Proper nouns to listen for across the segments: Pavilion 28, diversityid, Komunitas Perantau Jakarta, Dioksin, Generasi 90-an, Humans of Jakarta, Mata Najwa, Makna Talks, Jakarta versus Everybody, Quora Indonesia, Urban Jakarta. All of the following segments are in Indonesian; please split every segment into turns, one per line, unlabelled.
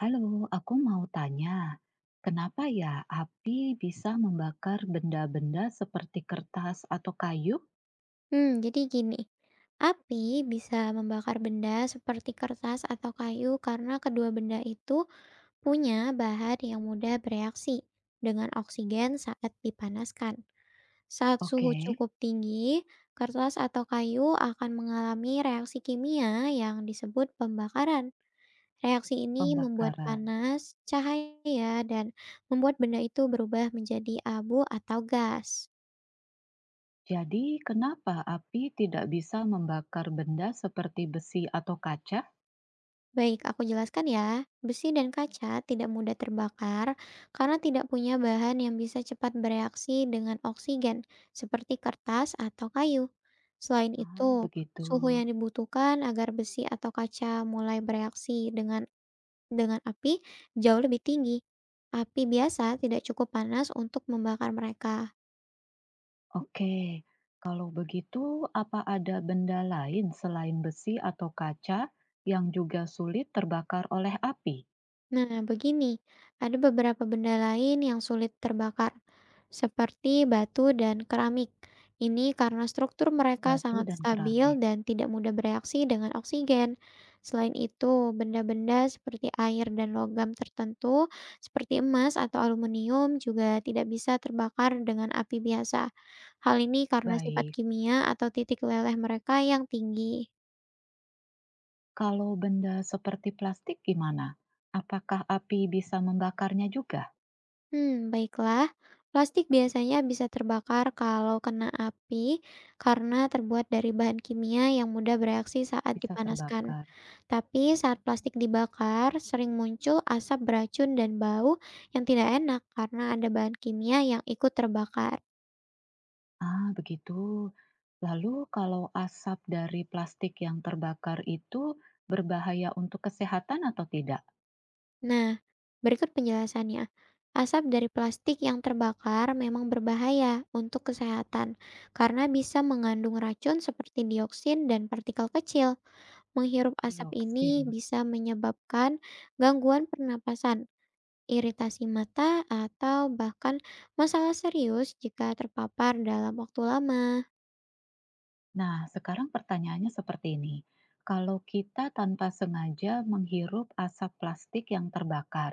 Halo, aku mau tanya, kenapa ya api bisa membakar benda-benda seperti kertas atau kayu?
Jadi gini, api bisa membakar benda seperti kertas atau kayu karena kedua benda itu punya bahan yang mudah bereaksi dengan oksigen saat dipanaskan. Saat suhu
Oke,
cukup tinggi, kertas atau kayu akan mengalami reaksi kimia yang disebut pembakaran. Reaksi ini membuat
pembakaran.
panas, cahaya, dan membuat benda itu berubah menjadi abu atau gas.
Jadi, kenapa api tidak bisa membakar benda seperti besi atau kaca?
Baik, aku jelaskan ya. Besi dan kaca tidak mudah terbakar karena tidak punya bahan yang bisa cepat bereaksi dengan oksigen, seperti kertas atau kayu. Selain
Ah,
itu,
begitu.
suhu yang dibutuhkan agar besi atau kaca mulai bereaksi dengan api jauh lebih tinggi. Api biasa tidak cukup panas untuk membakar mereka.
Oke, kalau begitu, apa ada benda lain selain besi atau kaca yang juga sulit terbakar oleh api?
Nah, begini, ada beberapa benda lain yang sulit terbakar, seperti batu dan keramik. Ini karena struktur mereka
Batu
sangat
dan
stabil
keramik.
dan tidak mudah bereaksi dengan oksigen. Selain itu, benda-benda seperti air dan logam tertentu, seperti emas atau aluminium, juga tidak bisa terbakar dengan api biasa. Hal ini karena sifat
Baik.
kimia atau titik leleh mereka yang tinggi.
Kalau benda seperti plastik gimana? Apakah api bisa membakarnya juga?
Baiklah. Plastik biasanya bisa terbakar kalau kena api karena terbuat dari bahan kimia yang mudah bereaksi saat
Bisa
dipanaskan.
terbakar.
Tapi saat plastik dibakar, sering muncul asap beracun dan bau yang tidak enak karena ada bahan kimia yang ikut terbakar.
Ah, begitu. Lalu kalau asap dari plastik yang terbakar itu berbahaya untuk kesehatan atau tidak?
Nah, berikut penjelasannya. Asap dari plastik yang terbakar memang berbahaya untuk kesehatan karena bisa mengandung racun seperti dioksin dan partikel kecil. Menghirup asap
Dioksin.
ini bisa menyebabkan gangguan pernapasan, iritasi mata, atau bahkan masalah serius jika terpapar dalam waktu lama.
Nah, sekarang pertanyaannya seperti ini. Kalau kita tanpa sengaja menghirup asap plastik yang terbakar,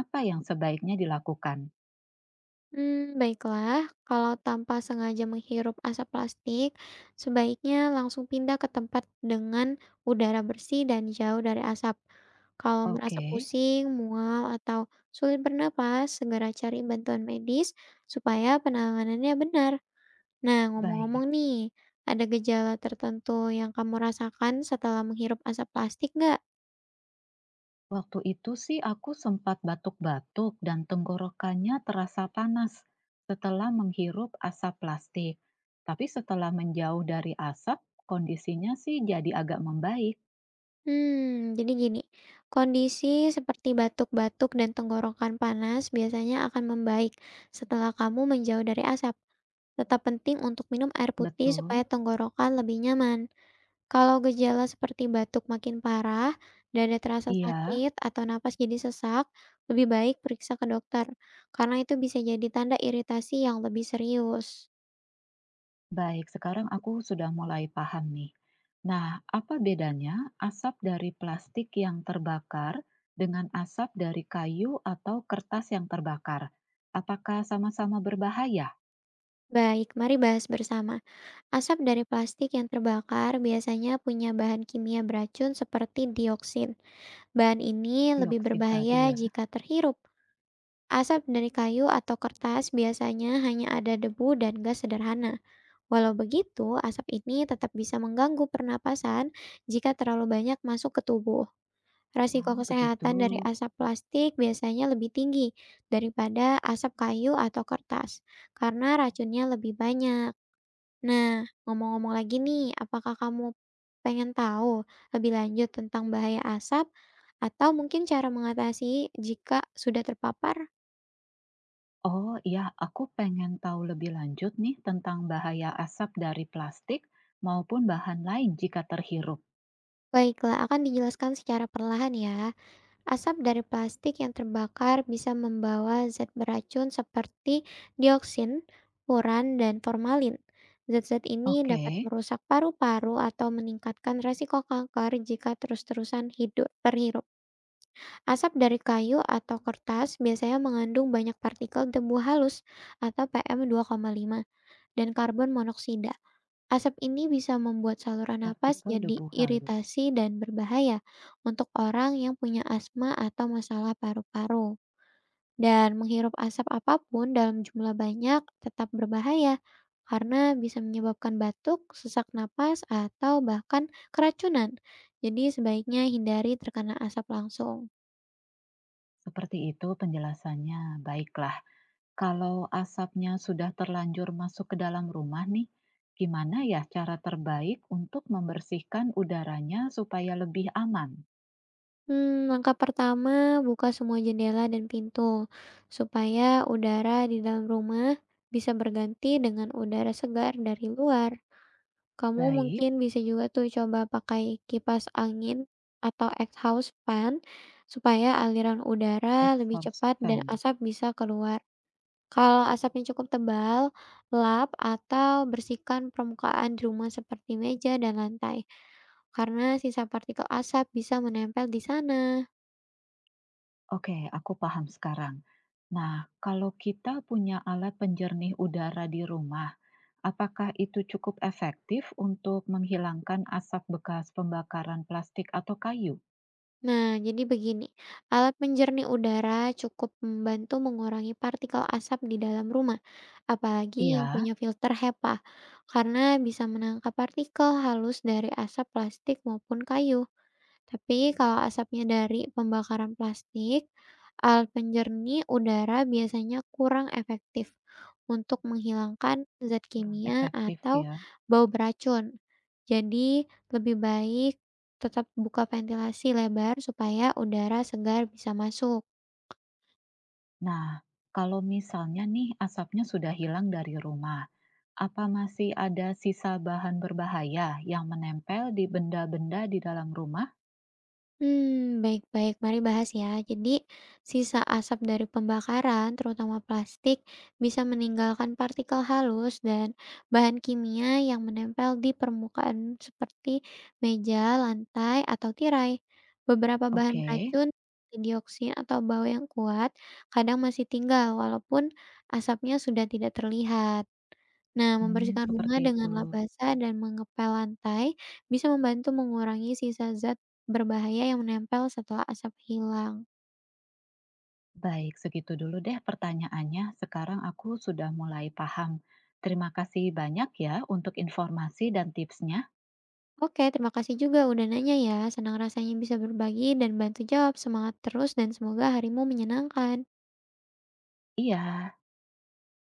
apa yang sebaiknya dilakukan?
Baiklah, kalau tanpa sengaja menghirup asap plastik, sebaiknya langsung pindah ke tempat dengan udara bersih dan jauh dari asap. Kalau merasa
Oke,
pusing, mual, atau sulit bernapas, segera cari bantuan medis supaya penanganannya benar. Nah,
baik.
ngomong-ngomong nih, ada gejala tertentu yang kamu rasakan setelah menghirup asap plastik nggak?
Waktu itu sih aku sempat batuk-batuk dan tenggorokannya terasa panas setelah menghirup asap plastik. Tapi setelah menjauh dari asap, kondisinya sih jadi agak membaik.
Jadi gini, kondisi seperti batuk-batuk dan tenggorokan panas biasanya akan membaik setelah kamu menjauh dari asap. Tetap penting untuk minum air putih supaya
Betul?
tenggorokan lebih nyaman. Kalau gejala seperti batuk makin parah, dada terasa
Iya,
sakit, atau napas jadi sesak, lebih baik periksa ke dokter, karena itu bisa jadi tanda iritasi yang lebih serius.
baik. Sekarang aku sudah mulai paham nih. Nah, apa bedanya asap dari plastik yang terbakar dengan asap dari kayu atau kertas yang terbakar? Apakah sama-sama berbahaya
Baik, mari bahas bersama. Asap dari plastik yang terbakar biasanya punya bahan kimia beracun seperti dioksin. Bahan ini lebih
dioksin tadi
berbahaya
ya?
jika terhirup. Asap dari kayu atau kertas biasanya hanya ada debu dan gas sederhana. Walau begitu, asap ini tetap bisa mengganggu pernapasan jika terlalu banyak masuk ke tubuh. Risiko
Ah, begitu.
kesehatan dari asap plastik biasanya lebih tinggi daripada asap kayu atau kertas karena racunnya lebih banyak. Nah, ngomong-ngomong lagi nih, apakah kamu pengen tahu lebih lanjut tentang bahaya asap atau mungkin cara mengatasi jika sudah terpapar?
Oh iya, aku pengen tahu lebih lanjut nih tentang bahaya asap dari plastik maupun bahan lain jika terhirup.
Baiklah, akan dijelaskan secara perlahan ya. Asap dari plastik yang terbakar bisa membawa zat beracun seperti dioksin, furan, dan formalin. Zat-zat ini
Oke,
dapat merusak paru-paru atau meningkatkan resiko kanker jika terus-terusan hidup terhirup. Asap dari kayu atau kertas biasanya mengandung banyak partikel debu halus atau PM5 dan karbon monoksida. Asap ini bisa membuat saluran napas
partikel
jadi
debu halus.
iritasi dan berbahaya untuk orang yang punya asma atau masalah paru-paru. Dan menghirup asap apapun dalam jumlah banyak tetap berbahaya karena bisa menyebabkan batuk, sesak napas, atau bahkan keracunan. Jadi sebaiknya hindari terkena asap langsung.
Seperti itu penjelasannya. Baiklah, kalau asapnya sudah terlanjur masuk ke dalam rumah nih, gimana ya cara terbaik untuk membersihkan udaranya supaya lebih aman?
Langkah pertama buka semua jendela dan pintu, supaya udara di dalam rumah bisa berganti dengan udara segar dari luar. Kamu
Baik,
mungkin bisa juga tuh coba pakai kipas angin atau exhaust fan, supaya aliran udara lebih
exhaust
cepat dan
fan.
asap bisa keluar. Kalau asapnya cukup tebal, lap atau bersihkan permukaan di rumah seperti meja dan lantai, karena sisa partikel asap bisa menempel di sana.
Oke, aku paham sekarang. Nah, kalau kita punya alat penjernih udara di rumah, apakah itu cukup efektif untuk menghilangkan asap bekas pembakaran plastik atau kayu?
Nah, jadi begini, alat penjernih udara cukup membantu mengurangi partikel asap di dalam rumah, apalagi yang
Iya,
punya filter HEPA, karena bisa menangkap partikel halus dari asap plastik maupun kayu. Tapi kalau asapnya dari pembakaran plastik, alat penjernih udara biasanya kurang efektif untuk menghilangkan zat
kurang
kimia
efektif
atau
ya.
bau beracun. Jadi, lebih baik tetap buka ventilasi lebar supaya udara segar bisa masuk.
Nah, kalau misalnya nih asapnya sudah hilang dari rumah, apa masih ada sisa bahan berbahaya yang menempel di benda-benda di dalam rumah?
Hmm baik baik, mari bahas ya. Jadi, sisa asap dari pembakaran, terutama plastik, bisa meninggalkan partikel halus dan bahan kimia yang menempel di permukaan seperti meja, lantai, atau tirai. Beberapa bahan
Oke,
beracun, seperti dioksin atau bau yang kuat, kadang masih tinggal walaupun asapnya sudah tidak terlihat. Nah,
hmm,
membersihkan rumah
seperti
dengan
itu.
lap basah dan mengepel lantai bisa membantu mengurangi sisa zat berbahaya yang menempel setelah asap hilang.
Baik, segitu dulu deh pertanyaannya. Sekarang aku sudah mulai paham. Terima kasih banyak ya untuk informasi dan tipsnya.
Oke, terima kasih juga udah nanya ya. Senang rasanya bisa berbagi dan bantu jawab. Semangat terus dan semoga harimu menyenangkan.
Iya.